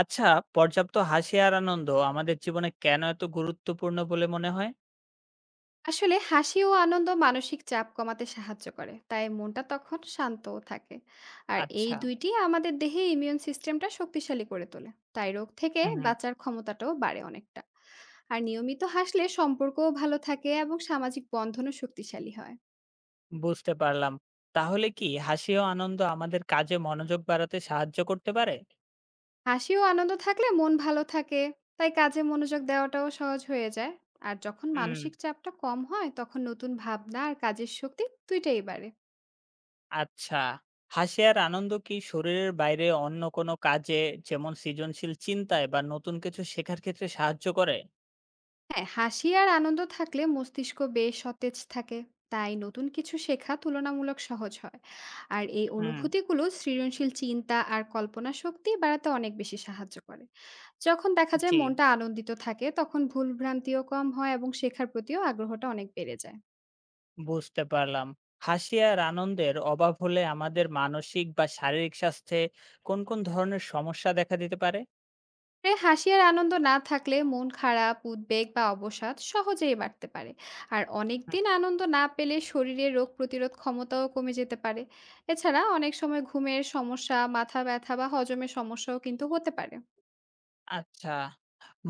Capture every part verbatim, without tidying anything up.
আচ্ছা, পর্যাপ্ত হাসি আর আনন্দ আমাদের জীবনে কেন এত গুরুত্বপূর্ণ বলে মনে হয়? আসলে হাসি ও আনন্দ মানসিক চাপ কমাতে সাহায্য করে তাই মনটা তখন শান্তও থাকে। আর এই আচ্ছা। দুইটি আমাদের দেহে ইমিউন সিস্টেমটা শক্তিশালী করে তোলে। তাই রোগ থেকে হুম, বাঁচার ক্ষমতাটাও বাড়ে অনেকটা। আর নিয়মিত হাসলে সম্পর্কও ভালো থাকে এবং সামাজিক বন্ধনও শক্তিশালী হয়। বুঝতে পারলাম। তাহলে কি হাসি ও আনন্দ আমাদের কাজে মনোযোগ বাড়াতে সাহায্য করতে পারে? হাসি ও আনন্দ থাকলে মন ভালো থাকে, তাই কাজে মনোযোগ দেওয়াটাও সহজ হয়ে যায়। আর যখন হুম। মানসিক চাপটা কম হয় তখন নতুন ভাবনা আর কাজের শক্তি দুইটাই বাড়ে। আচ্ছা, হাসি আর আনন্দ কি শরীরের বাইরে অন্য কোনো কাজে যেমন সৃজনশীল চিন্তায় বা নতুন কিছু শেখার ক্ষেত্রে সাহায্য করে? হ্যাঁ, হাসি আর আনন্দ থাকলে মস্তিষ্ক বেশ সতেজ থাকে, তাই নতুন কিছু শেখা তুলনামূলক সহজ হয়। আর এই হুম। অনুভূতিগুলো সৃজনশীল চিন্তা আর কল্পনা শক্তি বাড়াতে অনেক বেশি সাহায্য করে। যখন দেখা যায় জি, মনটা আনন্দিত থাকে তখন ভুলভ্রান্তিও কম হয় এবং শেখার প্রতিও আগ্রহটা অনেক বেড়ে যায়। বুঝতে পারলাম। হাসি আর আনন্দের অভাব হলে আমাদের মানসিক বা শারীরিক স্বাস্থ্যে কোন কোন ধরনের সমস্যা দেখা দিতে পারে? এ হাসি আর আনন্দ না থাকলে মন খারাপ, উদ্বেগ বা অবসাদ সহজেই বাড়তে পারে। আর হুম, অনেকদিন আনন্দ না পেলে শরীরের রোগ প্রতিরোধ ক্ষমতাও কমে যেতে পারে। এছাড়া অনেক সময় ঘুমের সমস্যা, মাথা ব্যথা বা হজমের সমস্যাও কিন্তু হতে পারে। আচ্ছা।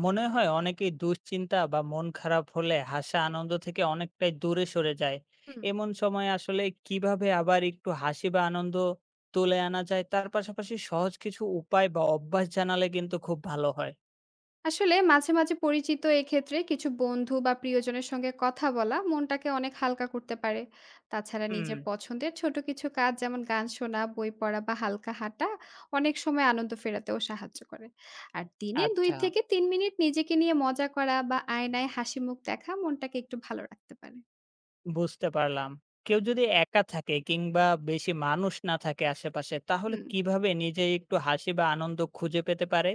মনে হয় অনেকেই দুশ্চিন্তা বা মন খারাপ হলে হাসা আনন্দ থেকে অনেকটাই দূরে সরে যায়। হুম। এমন সময় আসলে কিভাবে আবার একটু হাসি বা আনন্দ তুলে আনা যায়? তার পাশাপাশি সহজ কিছু উপায় বা অভ্যাস জানালে কিন্তু খুব ভালো হয়। আসলে মাঝে, মাঝে পরিচিত এক্ষেত্রে কিছু বন্ধু বা প্রিয়জনের সঙ্গে কথা বলা মনটাকে অনেক হালকা করতে পারে। তাছাড়া হুম, নিজের পছন্দের ছোট কিছু কাজ যেমন গান শোনা, বই পড়া বা হালকা হাঁটা অনেক সময় আনন্দ ফেরাতেও সাহায্য করে। আর দিনে দুই আচ্ছা, থেকে তিন মিনিট নিজেকে নিয়ে মজা করা বা আয়নায় হাসিমুখ দেখা মনটাকে একটু ভালো রাখতে পারে। বুঝতে পারলাম। কেউ যদি একা থাকে কিংবা বেশি মানুষ না থাকে আশেপাশে তাহলে হুম। কিভাবে নিজেই একটু হাসি বা আনন্দ খুঁজে পেতে পারে?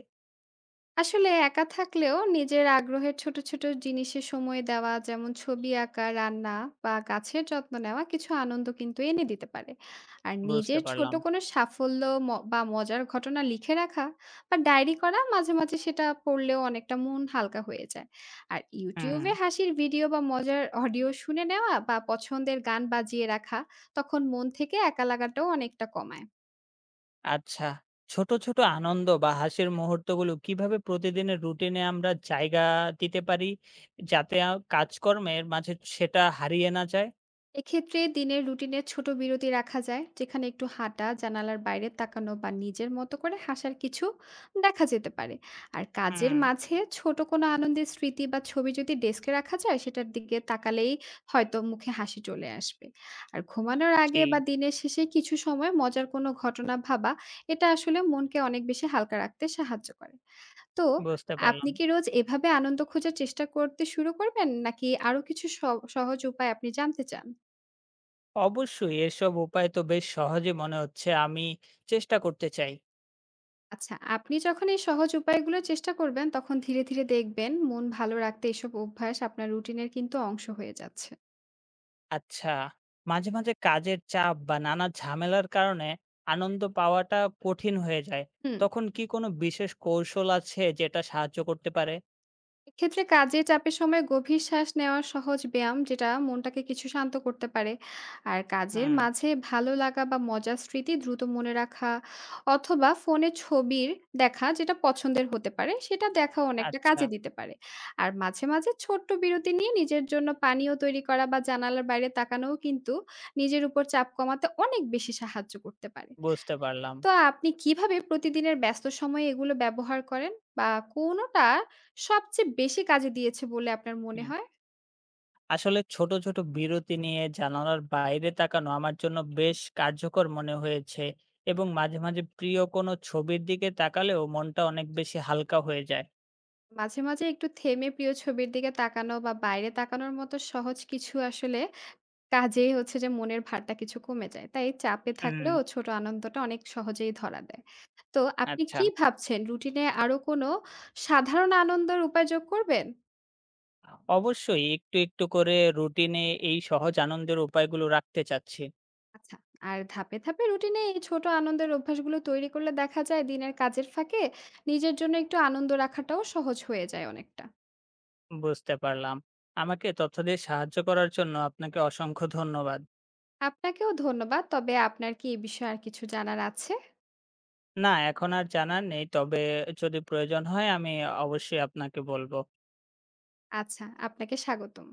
আসলে একা থাকলেও নিজের আগ্রহের ছোট, ছোট জিনিসে সময় দেওয়া যেমন ছবি আঁকা, রান্না বা গাছের যত্ন নেওয়া কিছু আনন্দ কিন্তু এনে দিতে পারে। আর বুঝতে নিজের ছোট পারলাম। কোনো সাফল্য ম বা মজার ঘটনা লিখে রাখা বা ডায়েরি করা মাঝে, মাঝে সেটা পড়লেও অনেকটা মন হালকা হয়ে যায়। আর হুম। YouTube এ হাসির ভিডিও বা মজার অডিও শুনে নেওয়া বা পছন্দের গান বাজিয়ে রাখা তখন মন থেকে একা লাগাটাও অনেকটা কমায়। আচ্ছা। ছোট, ছোট আনন্দ বা হাসির মুহূর্তগুলো কিভাবে প্রতিদিনের রুটিনে আমরা জায়গা দিতে পারি যাতে আ কাজকর্মের মাঝে সেটা হারিয়ে না যায়? এক্ষেত্রে দিনের রুটিনে ছোট বিরতি রাখা যায় যেখানে একটু হাঁটা, জানালার বাইরে তাকানো বা নিজের মতো করে হাসার কিছু দেখা যেতে পারে। আর কাজের হুম, মাঝে ছোট কোনো আনন্দের স্মৃতি বা ছবি যদি ডেস্কে রাখা যায় সেটার দিকে তাকালেই হয়তো মুখে হাসি চলে আসবে। আর ঘুমানোর জি, আগে বা দিনের শেষে কিছু সময় মজার কোনো ঘটনা ভাবা, এটা আসলে মনকে অনেক বেশি হালকা রাখতে সাহায্য করে। তো বুঝতে আপনি পারলাম। কি রোজ এভাবে আনন্দ খোঁজার চেষ্টা করতে শুরু করবেন নাকি আরো কিছু সহ- সহজ উপায় আপনি জানতে চান? অবশ্যই এসব উপায় তো বেশ সহজই মনে হচ্ছে। আমি চেষ্টা করতে চাই। আচ্ছা, আপনি যখন এই সহজ উপায়গুলো চেষ্টা করবেন, তখন ধীরে, ধীরে দেখবেন মন ভালো রাখতে এসব অভ্যাস আপনার রুটিনের কিন্তু অংশ হয়ে যাচ্ছে। আচ্ছা, মাঝে, মাঝে কাজের চাপ বা নানা ঝামেলার কারণে আনন্দ পাওয়াটা কঠিন হয়ে যায়। হুম। তখন কি কোনো বিশেষ কৌশল আছে যেটা সাহায্য করতে পারে? এক্ষেত্রে কাজের চাপের সময় গভীর শ্বাস নেওয়া সহজ ব্যায়াম যেটা মনটাকে কিছু শান্ত করতে পারে। আর কাজের হুম, মাঝে ভালো লাগা বা মজার স্মৃতি দ্রুত মনে রাখা অথবা ফোনে ছবির দেখা যেটা পছন্দের হতে পারে সেটা দেখা অনেকটা আচ্ছা, কাজে দিতে পারে। আর মাঝে মাঝে ছোট্ট বিরতি নিয়ে নিজের জন্য পানীয় তৈরি করা বা জানালার বাইরে তাকানোও কিন্তু নিজের উপর চাপ কমাতে অনেক বেশি সাহায্য করতে পারে। বুঝতে পারলাম। তো আপনি কিভাবে প্রতিদিনের ব্যস্ত সময়ে এগুলো ব্যবহার করেন? বা কোনটা সবচেয়ে বেশি কাজে দিয়েছে বলে আপনার মনে হুম, হয়? আসলে ছোট, ছোট বিরতি নিয়ে জানালার বাইরে তাকানো আমার জন্য বেশ কার্যকর মনে হয়েছে এবং মাঝে, মাঝে প্রিয় কোনো ছবির দিকে তাকালেও মনটা অনেক বেশি হালকা হয়ে যায়। মাঝে, মাঝে একটু থেমে প্রিয় ছবির দিকে তাকানো বা বাইরে তাকানোর মতো সহজ কিছু আসলে কাজেই হচ্ছে যে মনের ভারটা কিছু কমে যায়। তাই চাপে হুম, থাকলেও ছোট আনন্দটা অনেক সহজেই ধরা দেয়। তো আপনি আচ্ছা। কি ভাবছেন রুটিনে আরো কোনো সাধারণ আনন্দের উপায় যোগ করবেন? অবশ্যই একটু, একটু করে রুটিনে এই সহজ আনন্দের উপায়গুলো রাখতে চাচ্ছি। আচ্ছা। আর ধাপে, ধাপে রুটিনে এই ছোট আনন্দের অভ্যাসগুলো তৈরি করলে দেখা যায় দিনের কাজের ফাঁকে নিজের জন্য একটু আনন্দ রাখাটাও সহজ হয়ে যায় অনেকটা। বুঝতে পারলাম। আমাকে তথ্য দিয়ে সাহায্য করার জন্য আপনাকে অসংখ্য ধন্যবাদ। আপনাকেও ধন্যবাদ। তবে আপনার কি এই বিষয়ে আর কিছু জানার আছে? না, এখন আর জানার নেই। তবে যদি প্রয়োজন হয় আমি অবশ্যই আপনাকে বলব। আচ্ছা, আপনাকে স্বাগতম।